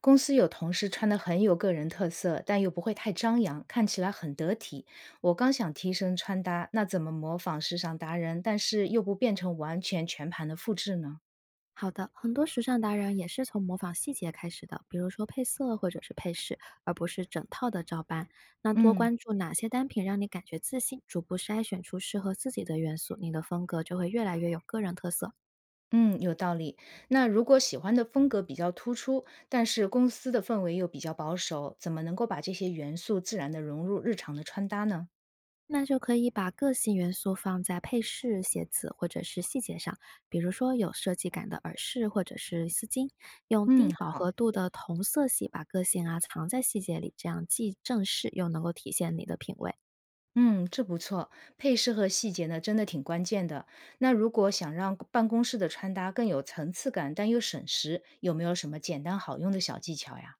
公司有同事穿的很有个人特色，但又不会太张扬，看起来很得体。我刚想提升穿搭，那怎么模仿时尚达人，但是又不变成完全全盘的复制呢？好的，很多时尚达人也是从模仿细节开始的，比如说配色或者是配饰，而不是整套的照搬。那多嗯关注哪些单品让你感觉自信，逐步筛选出适合自己的元素，你的风格就会越来越有个人特色。嗯，有道理。那如果喜欢的风格比较突出，但是公司的氛围又比较保守，怎么能够把这些元素自然的融入日常的穿搭呢？那就可以把个性元素放在配饰、鞋子或者是细节上，比如说有设计感的耳饰或者是丝巾，用嗯，低饱好。和度的同色系把个性啊藏在细节里，这样既正式又能够体现你的品味。嗯，这不错，配饰和细节呢，真的挺关键的。那如果想让办公室的穿搭更有层次感，但又省时，有没有什么简单好用的小技巧呀？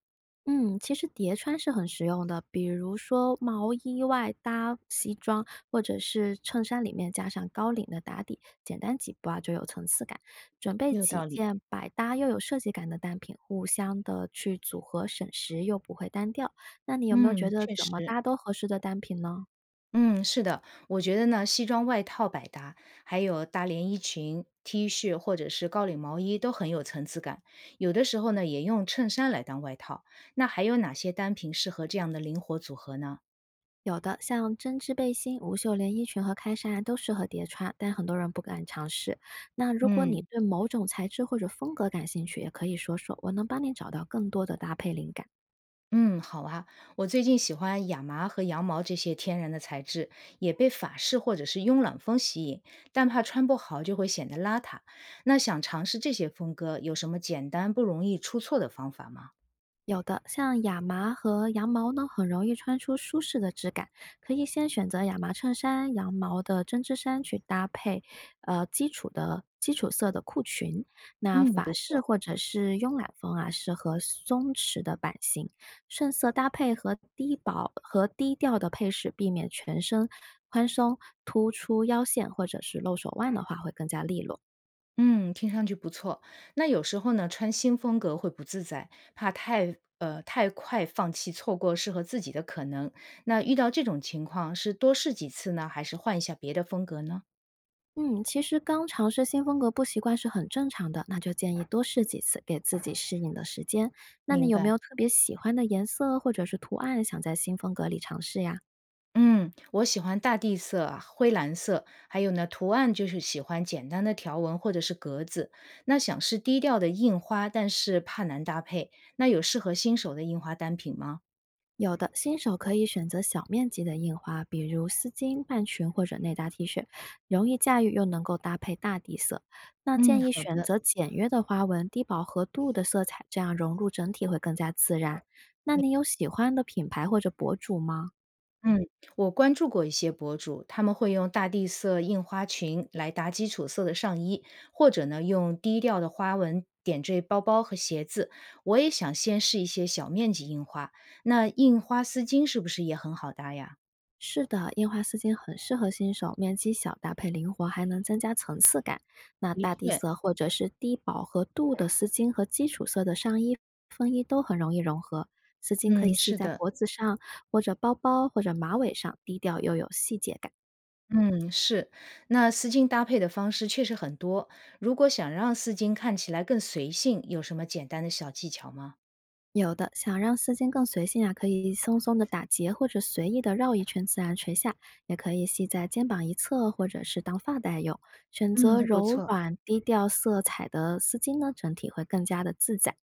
嗯，其实叠穿是很实用的，比如说毛衣外搭西装，或者是衬衫里面加上高领的打底，简单几步啊就有层次感。准备有道几理，件百搭又有设计感的单品，互相的去组合，省时又不会单调。那你有没有觉嗯，得确怎么实，搭都合适的单品呢？嗯，是的，我觉得呢，西装外套百搭，还有搭连衣裙、T 恤或者是高领毛衣都很有层次感。有的时候呢，也用衬衫来当外套。那还有哪些单品适合这样的灵活组合呢？有的，像针织背心、无袖连衣裙和开衫啊都适合叠穿，但很多人不敢尝试。那如果你嗯。对某种材质或者风格感兴趣，也可以说说，我能帮你找到更多的搭配灵感。嗯，好啊。我最近喜欢亚麻和羊毛这些天然的材质，也被法式或者是慵懒风吸引，但怕穿不好就会显得邋遢。那想尝试这些风格，有什么简单不容易出错的方法吗？有的，像亚麻和羊毛呢，很容易穿出舒适的质感。可以先选择亚麻衬衫、羊毛的针织衫去搭配，基础的基础色的裤裙。那嗯，法不式错。或者是慵懒风啊，适合松弛的版型，顺色搭配和低薄和低调的配饰，避免全身宽松，突出腰线或者是露手腕的话，会更加利落。嗯，听上去不错。那有时候呢，穿新风格会不自在，怕太太快放弃，错过适合自己的可能。那遇到这种情况，是多试几次呢，还是换一下别的风格呢？嗯，其实刚尝试新风格不习惯是很正常的，那就建议多试几次，给自己适应的时间。那你明有白。没有特别喜欢的颜色或者是图案，想在新风格里尝试呀？嗯，我喜欢大地色啊、灰蓝色，还有呢，图案就是喜欢简单的条纹或者是格子。那想试低调的印花，但是怕难搭配，那有适合新手的印花单品吗？有的，新手可以选择小面积的印花，比如丝巾、半裙或者内搭 T 恤，容易驾驭又能够搭配大地色。那嗯，建议好选的。择简约的花纹、低饱和度的色彩，这样融入整体会更加自然。那你有喜欢的品牌或者博主吗？嗯，我关注过一些博主，他们会用大地色印花裙来搭基础色的上衣，或者呢用低调的花纹点缀包包和鞋子。我也想先试一些小面积印花，那印花丝巾是不是也很好搭呀？是的，印花丝巾很适合新手，面积小，搭配灵活，还能增加层次感。那的大地确，色或者是低饱和度的丝巾和基础色的上衣、风衣都很容易融合。丝巾可以嗯，系是在的，脖子上，或者包包，或者马尾上，低调又有细节感。嗯，是。那丝巾搭配的方式确实很多，如果想让丝巾看起来更随性，有什么简单的小技巧吗？有的想让丝巾更随性啊，可以松松的打结，或者随意的绕一圈自然垂下，也可以系在肩膀一侧，或者是当发带用。选嗯，择都不柔错。软、低调色彩的丝巾呢，整体会更加的自在。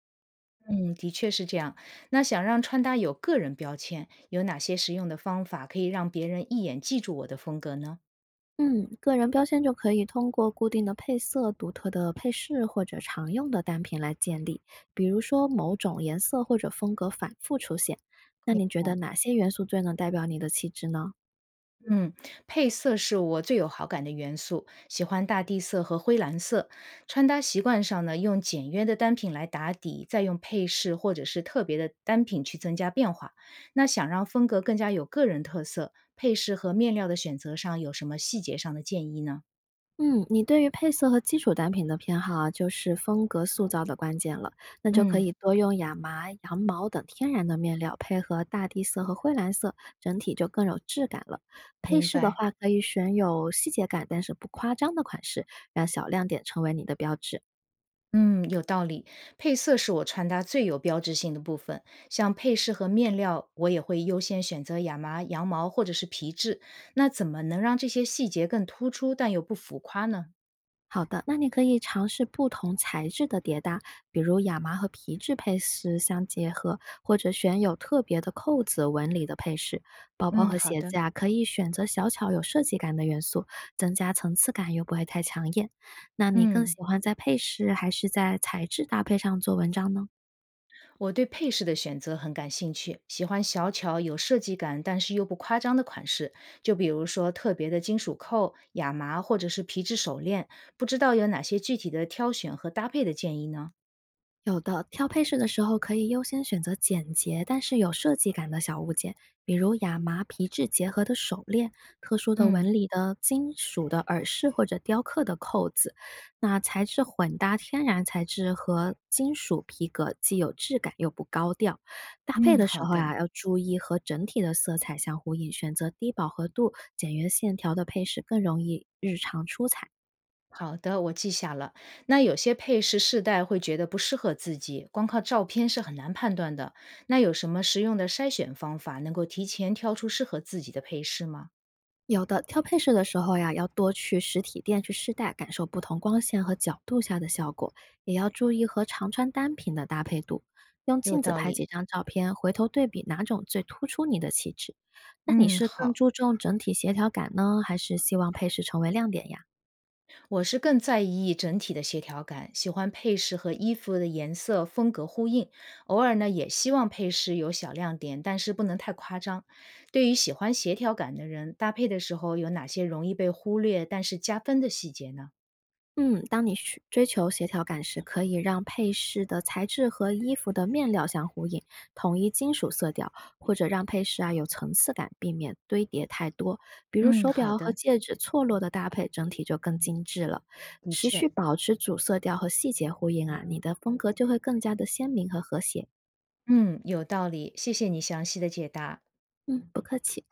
嗯，的确是这样。那想让穿搭有个人标签，有哪些实用的方法可以让别人一眼记住我的风格呢？嗯，个人标签就可以通过固定的配色、独特的配饰或者常用的单品来建立，比如说某种颜色或者风格反复出现。那你觉得哪些元素最能代表你的气质呢？嗯，配色是我最有好感的元素，喜欢大地色和灰蓝色。穿搭习惯上呢，用简约的单品来打底，再用配饰或者是特别的单品去增加变化。那想让风格更加有个人特色，配饰和面料的选择上有什么细节上的建议呢？嗯，你对于配色和基础单品的偏好啊，就是风格塑造的关键了。那就可嗯，以多用亚麻、羊毛等天然的面料，配合大地色和灰蓝色，整体就更有质感了。配明饰的白。话，可以选有细节感但是不夸张的款式，让小亮点成为你的标志。嗯，有道理。配色是我穿搭最有标志性的部分，像配饰和面料，我也会优先选择亚麻、羊毛或者是皮质。那怎么能让这些细节更突出，但又不浮夸呢？好的，那你可以尝试不同材质的叠搭，比如亚麻和皮质配饰相结合，或者选有特别的扣子纹理的配饰。包包嗯，和好鞋的。子啊，可以选择小巧有设计感的元素，增加层次感又不会太抢眼。那你更嗯，喜欢在配饰还是在材质搭配上做文章呢？我对配饰的选择很感兴趣，喜欢小巧有设计感，但是又不夸张的款式。就比如说特别的金属扣、亚麻或者是皮质手链，不知道有哪些具体的挑选和搭配的建议呢？有的，挑配饰的时候可以优先选择简洁但是有设计感的小物件，比如亚麻皮质结合的手链、特殊的嗯纹理的金属的耳饰或者雕刻的扣子。那材质混搭天然材质和金属皮革，既有质感又不高调。搭配嗯，的时好候的。呀、要注意和整体的色彩相呼应，选择低饱和度、简约线条的配饰更容易日常出彩。好的，我记下了。那有些配饰试戴会觉得不适合自己，光靠照片是很难判断的。那有什么实用的筛选方法，能够提前挑出适合自己的配饰吗？有的，挑配饰的时候呀，要多去实体店去试戴，感受不同光线和角度下的效果，也要注意和常穿单品的搭配度。用有镜子道拍理。几张照片，回头对比哪种最突出你的气质。那你嗯，是更好，注重整体协调感呢，还是希望配饰成为亮点呀？我是更在意整体的协调感，喜欢配饰和衣服的颜色风格呼应。偶尔呢，也希望配饰有小亮点，但是不能太夸张。对于喜欢协调感的人，搭配的时候有哪些容易被忽略但是加分的细节呢？嗯，当你需追求协调感时，可以让配饰的材质和衣服的面料相呼应，统一金属色调，或者让配饰啊有层次感，避免堆叠太多。比如嗯，手好表的，和戒指错落的搭配，整体就更精致了。的持续确。保持主色调和细节呼应啊，你的风格就会更加的鲜明和和谐。嗯，有道理，谢谢你详细的解答。嗯，不客气。